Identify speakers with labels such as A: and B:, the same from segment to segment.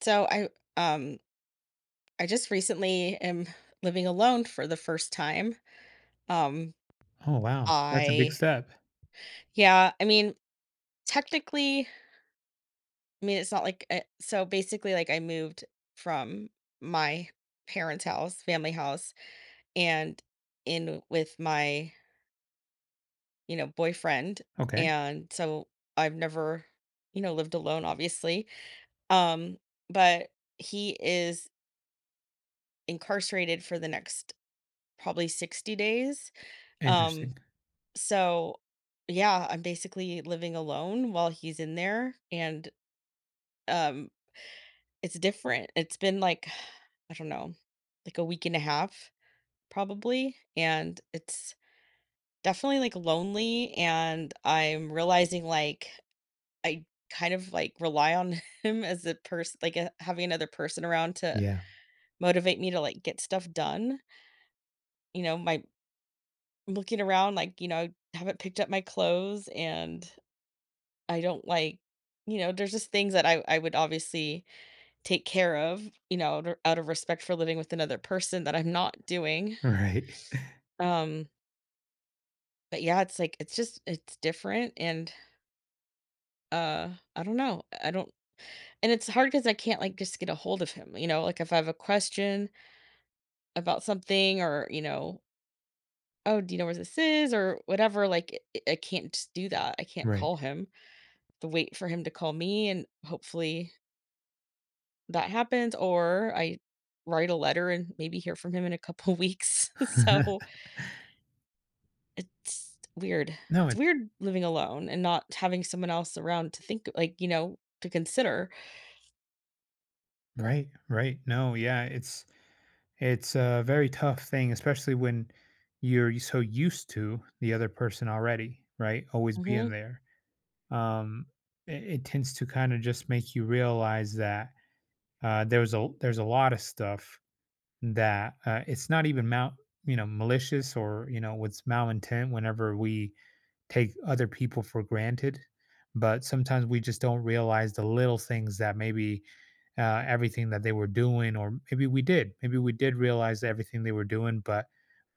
A: So um I just recently am living alone for the first time. Um
B: Oh, wow. That's a big
A: I
B: step.
A: yeah, I mean technically, I mean it's not like so basically like I moved from my parents' house, family house and in with my boyfriend
B: Okay.
A: and so I've never, lived alone obviously. Um but he is incarcerated for the next probably 60 days. Um
B: Interesting.
A: So, yeah, I'm basically living alone while he's in there, and, um, it's different. It's been, like, I don't know, like, a week and a half probably, and it's definitely, like, lonely, and I'm realizing, like, I kind of, like, rely on him as a person like, a having another person around to
B: Yeah.
A: motivate me to, like, get stuff done. My I'm looking around, like, you know, I haven't picked up my clothes and I don't like you know, there's just things that I would obviously take care of, you know, out of respect for living with another person that I'm not doing.
B: Right.
A: Um, but yeah, it's like it's just it's different and uh I don't know. I don't and it's hard because I can't like just get a hold of him, you know, like if I have a question about something or, you know, oh, do you know where this is or whatever, like I can't just do that. I can't
B: Right.
A: call him. To wait for him to call me and hopefully that happens, or I write a letter and maybe hear from him in a couple weeks. So it's weird.
B: No,
A: It's
B: it's
A: weird living alone and not having someone else around to think, like, you know, to consider.
B: right, right. No, yeah, it's a very tough thing, especially when you're so used to the other person already, right? Always
A: hmm
B: being there. Um, it tends to kind of just make you realize that there's a lot of stuff that it's not even mal malicious, or what's malintent whenever we take other people for granted. But sometimes we just don't realize the little things that maybe everything that they were doing, or maybe we did realize everything they were doing, but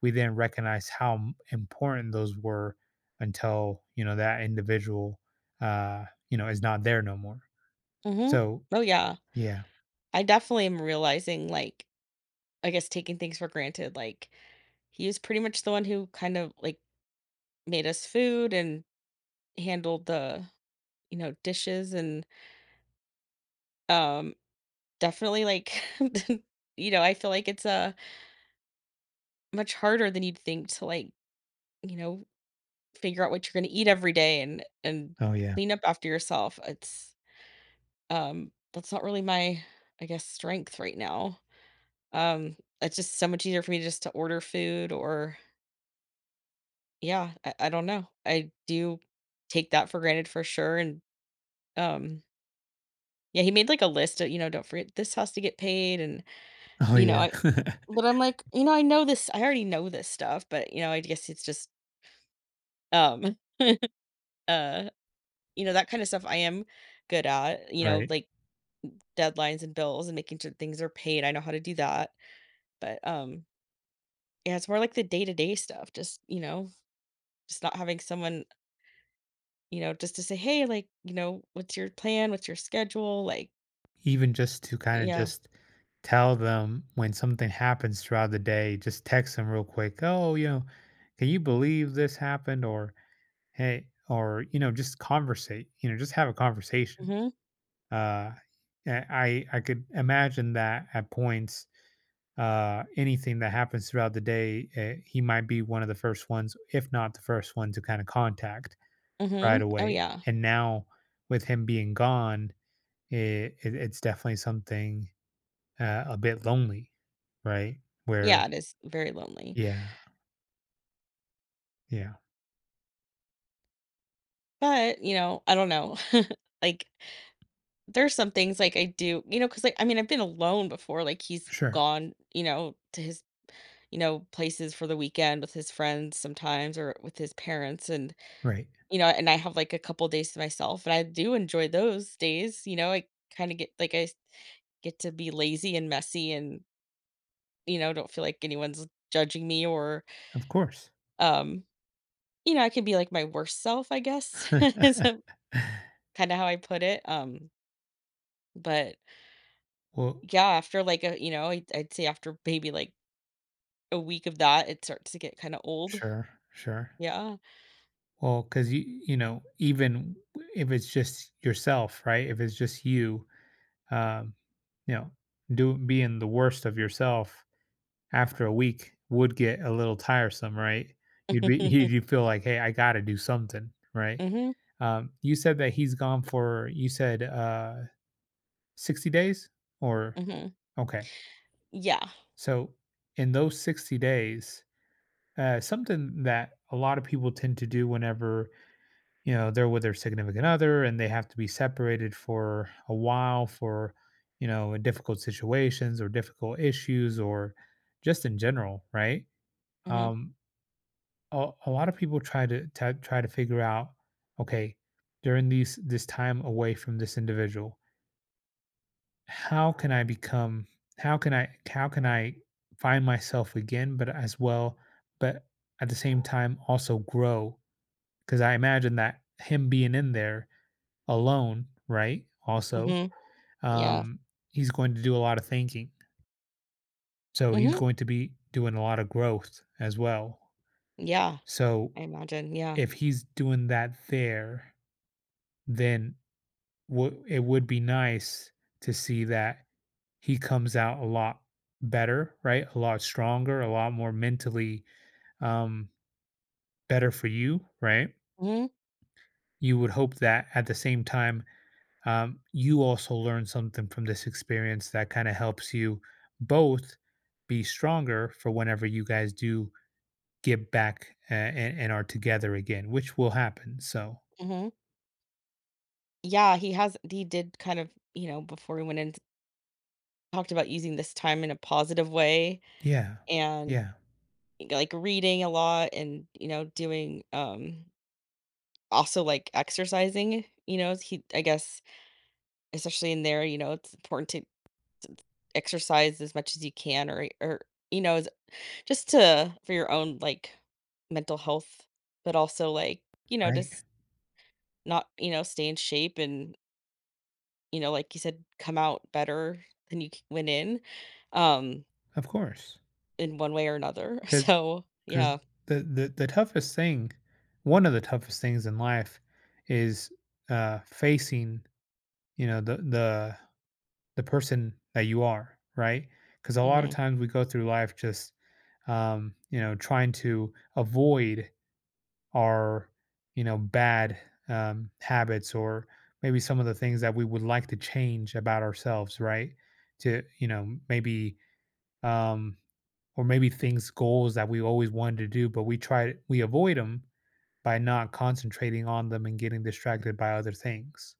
B: we didn't recognize how important those were until that individual, uh, is not there no more.
A: hmm.
B: So
A: Oh, yeah.
B: yeah,
A: I definitely am realizing, like, I guess taking things for granted. Like, he was pretty much the one who kind of like made us food and handled the, you know, dishes and, um, definitely like, you know, I feel like it's a, much harder than you'd think to like, you know, figure out what you're gonna eat every day and
B: oh yeah,
A: clean up after yourself. It's that's not really my I guess strength right now. It's just so much easier for me just to order food or yeah, I don't know. I do take that for granted for sure. And um yeah, he made like a list of, you know, don't forget this has to get paid and
B: oh
A: you know,
B: yeah,
A: I but I'm like, you know, I know this I already know this stuff, but you know, I guess it's just um uh you know, that kind of stuff I am good at, you know,
B: right.
A: like deadlines and bills and making sure things are paid. I know how to do that. But yeah, it's more like the day-to-day stuff. Just, you know, just not having someone, you know, just to say, "Hey, like, you know, what's your plan? What's your schedule?" Like,
B: Even just to kinda
A: yeah.
B: just tell them when something happens throughout the day, just text them real quick, "Oh, you know, can you believe this happened?" Or, "Hey," or, just conversate, just have a conversation.
A: Mhm.
B: Uh, I could imagine that at points, anything that happens throughout the day, he might be one of the first ones, if not the first one to kinda contact right
A: Mhm. Oh,
B: away.
A: yeah.
B: And now, with him being gone, it's definitely something a bit lonely, right? Where
A: Yeah, it is very lonely.
B: Yeah, yeah,
A: But, you know, I don't know. Like there's some things like I do, you know, cuz like I mean, I've been alone before like he's
B: sure,
A: gone, you know, to his you know, places for the weekend with his friends sometimes or with his parents and,
B: right,
A: you know, and I have, like, a couple days to myself, and I do enjoy those days, you know, I kinda get like, I s get to be lazy and messy and, you know, don't feel like anyone's judging me or,
B: of course.
A: um, you know, I can be, like, my worst self, I guess, is kinda how I put it, but,
B: Well,
A: yeah, after, like, I'd say after maybe, like, a week of that, it starts to get kinda old.
B: sure, sure.
A: Yeah.
B: Well, because even if it's just yourself, right? If it's just you, um, you know, do being the worst of yourself after a week would get a little tiresome, right? You'd be you feel like, hey, I got to do something, right?
A: Mhm.
B: You said that he's gone for, you said, 60 days or?
A: Mhm.
B: Okay.
A: Yeah.
B: So in those 60 days, something that a lot of people tend to do whenever, they're with their significant other and they have to be separated for a while for, difficult situations or difficult issues or just in general, right?
A: Mhm.
B: Um, a lot of people try to, figure out, okay, during these this time away from this individual, how can I become how can I find myself again, but as well, but at the same time also grow? Because I imagine that him being in there alone, right? Also,
A: Mhm. Yeah.
B: um, he's going to do a lot of thinking. So he's
A: Mhm.
B: going to be doing a lot of growth as well.
A: Yeah.
B: So
A: I imagine. Yeah.
B: if he's doing that there, then it would be nice to see that he comes out a lot better, right? A lot stronger, a lot more mentally, um, better for you, right?
A: Mhm.
B: You would hope that at the same time, you also learn something from this experience that kind of helps you both be stronger for whenever you guys do get back and are together again, which will happen. So,
A: Mhm. Yeah. He has. He did kind of. You know, before we went in, talked about using this time in a positive way
B: yeah,
A: and
B: yeah,
A: like reading a lot and you know doing also like exercising. You know, he. I guess especially in there, you know, it's important to exercise as much as you can, or you know, just to for your own like mental health, but also like you know
B: right.
A: just not you know stay in shape and you know, like you said, come out better than you went um,
B: Of course.
A: in one way or another. So
B: Because
A: yeah.
B: the toughest thing, one of the toughest things in life, is facing you know the the the person that you are, right? Because a lot of
A: hmm
B: times we go through life just trying to avoid our bad habits, or maybe some of the things that we would like to change about ourselves, right? To you know maybe um, or maybe things, goals that we always wanted to do, but we avoid them by not concentrating on them and getting distracted by other things.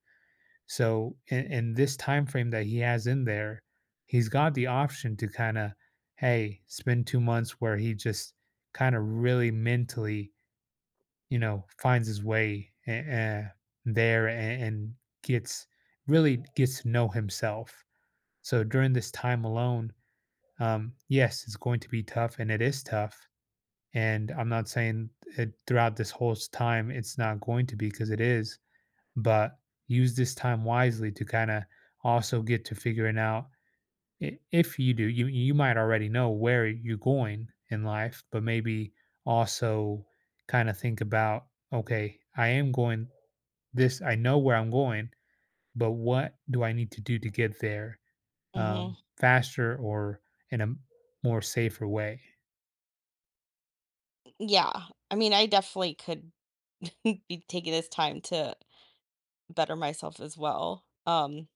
B: So in this time frame that he has in there, he's got the option to kind of, hey, spend 2 months where he just kind of really mentally finds his way there, and gets really gets to know himself. So during this time alone, yes, it's going to be tough, and it is tough. And I'm not saying it throughout this whole time it's not going to be, because it is, but use this time wisely to kind of also get to figuring out, if you do, you might already know where you're going in life, but maybe also kind of think about, okay, I know where I'm going, but what do I need to do to get there
A: hmm.
B: faster or in a more safer way?
A: Yeah. I mean, I definitely could be taking this time to better myself as well.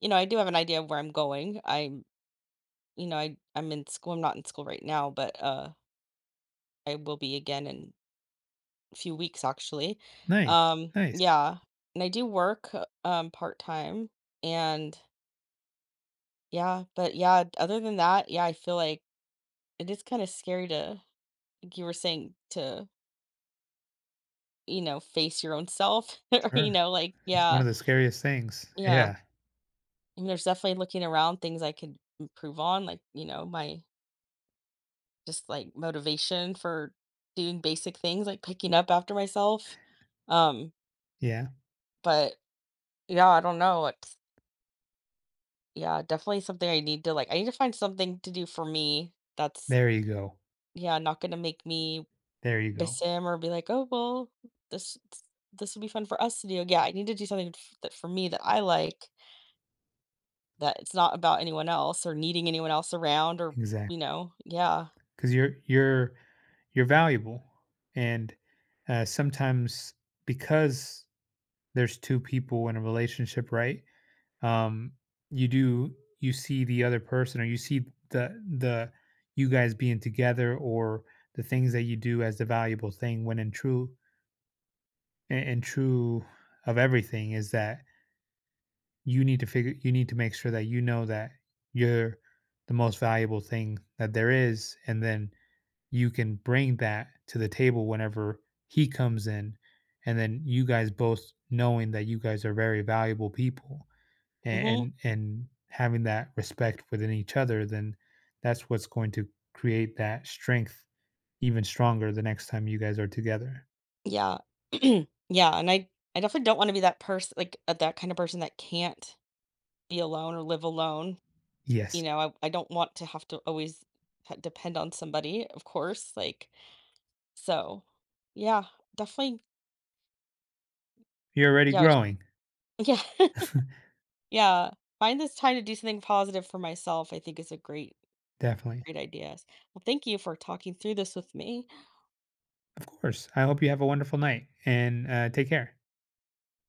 A: You know, I do have an idea of where I'm going. I I'm in school. I'm not in school right now, but I will be again in a few weeks actually.
B: Nice, nice,
A: Yeah, and I do work part time, and yeah, but yeah, other than that, yeah, I feel like it is kind of scary to, like you were saying, to, you know, face your own self or, you
B: sure.
A: know, like,
B: It's one
A: yeah,
B: of the scariest things.
A: yeah.
B: Yeah,
A: And there's definitely looking around things I could improve on, like, you know, my just like motivation for doing basic things, like picking up after myself. Um,
B: yeah.
A: but yeah, I don't know. It's, yeah, definitely something I need to like, I need to find something to do for me that's,
B: There you go,
A: yeah, not going to make me
B: there you go.
A: miss or be like, "Oh, well, this this will be fun for us to do." Yeah, I need to do something f that for me that I like, that it's not about anyone else or needing anyone else around or, you
B: Exactly.
A: know yeah.
B: Because you 'Cause you're valuable, and, sometimes, because there's 2 people in a relationship, right, um, you see the other person, or you see the you guys being together, or the things that you do as the valuable thing, when in true of everything is that you need to make sure that you know that you're the most valuable thing that there is, and then you can bring that to the table whenever he comes in, and then you guys both knowing that you guys are very valuable people, and
A: Mhm.
B: and, and having that respect within each other, then that's what's going to create that strength even stronger the next time you guys are together.
A: Yeah. Yeah, and I definitely don't wanna be that person, like, that kind of person that can't be alone or live alone, you
B: Yes,
A: know, I don't want to have to always ha depend on somebody, of course, like so, yeah, definitely
B: you're already
A: yeah,
B: growing.
A: yeah. Yeah, find this time to do something positive for myself, I think is a great,
B: Definitely.
A: great idea. Well, thank you for talking through this with me.
B: Of course, I hope you have a wonderful night, and take care.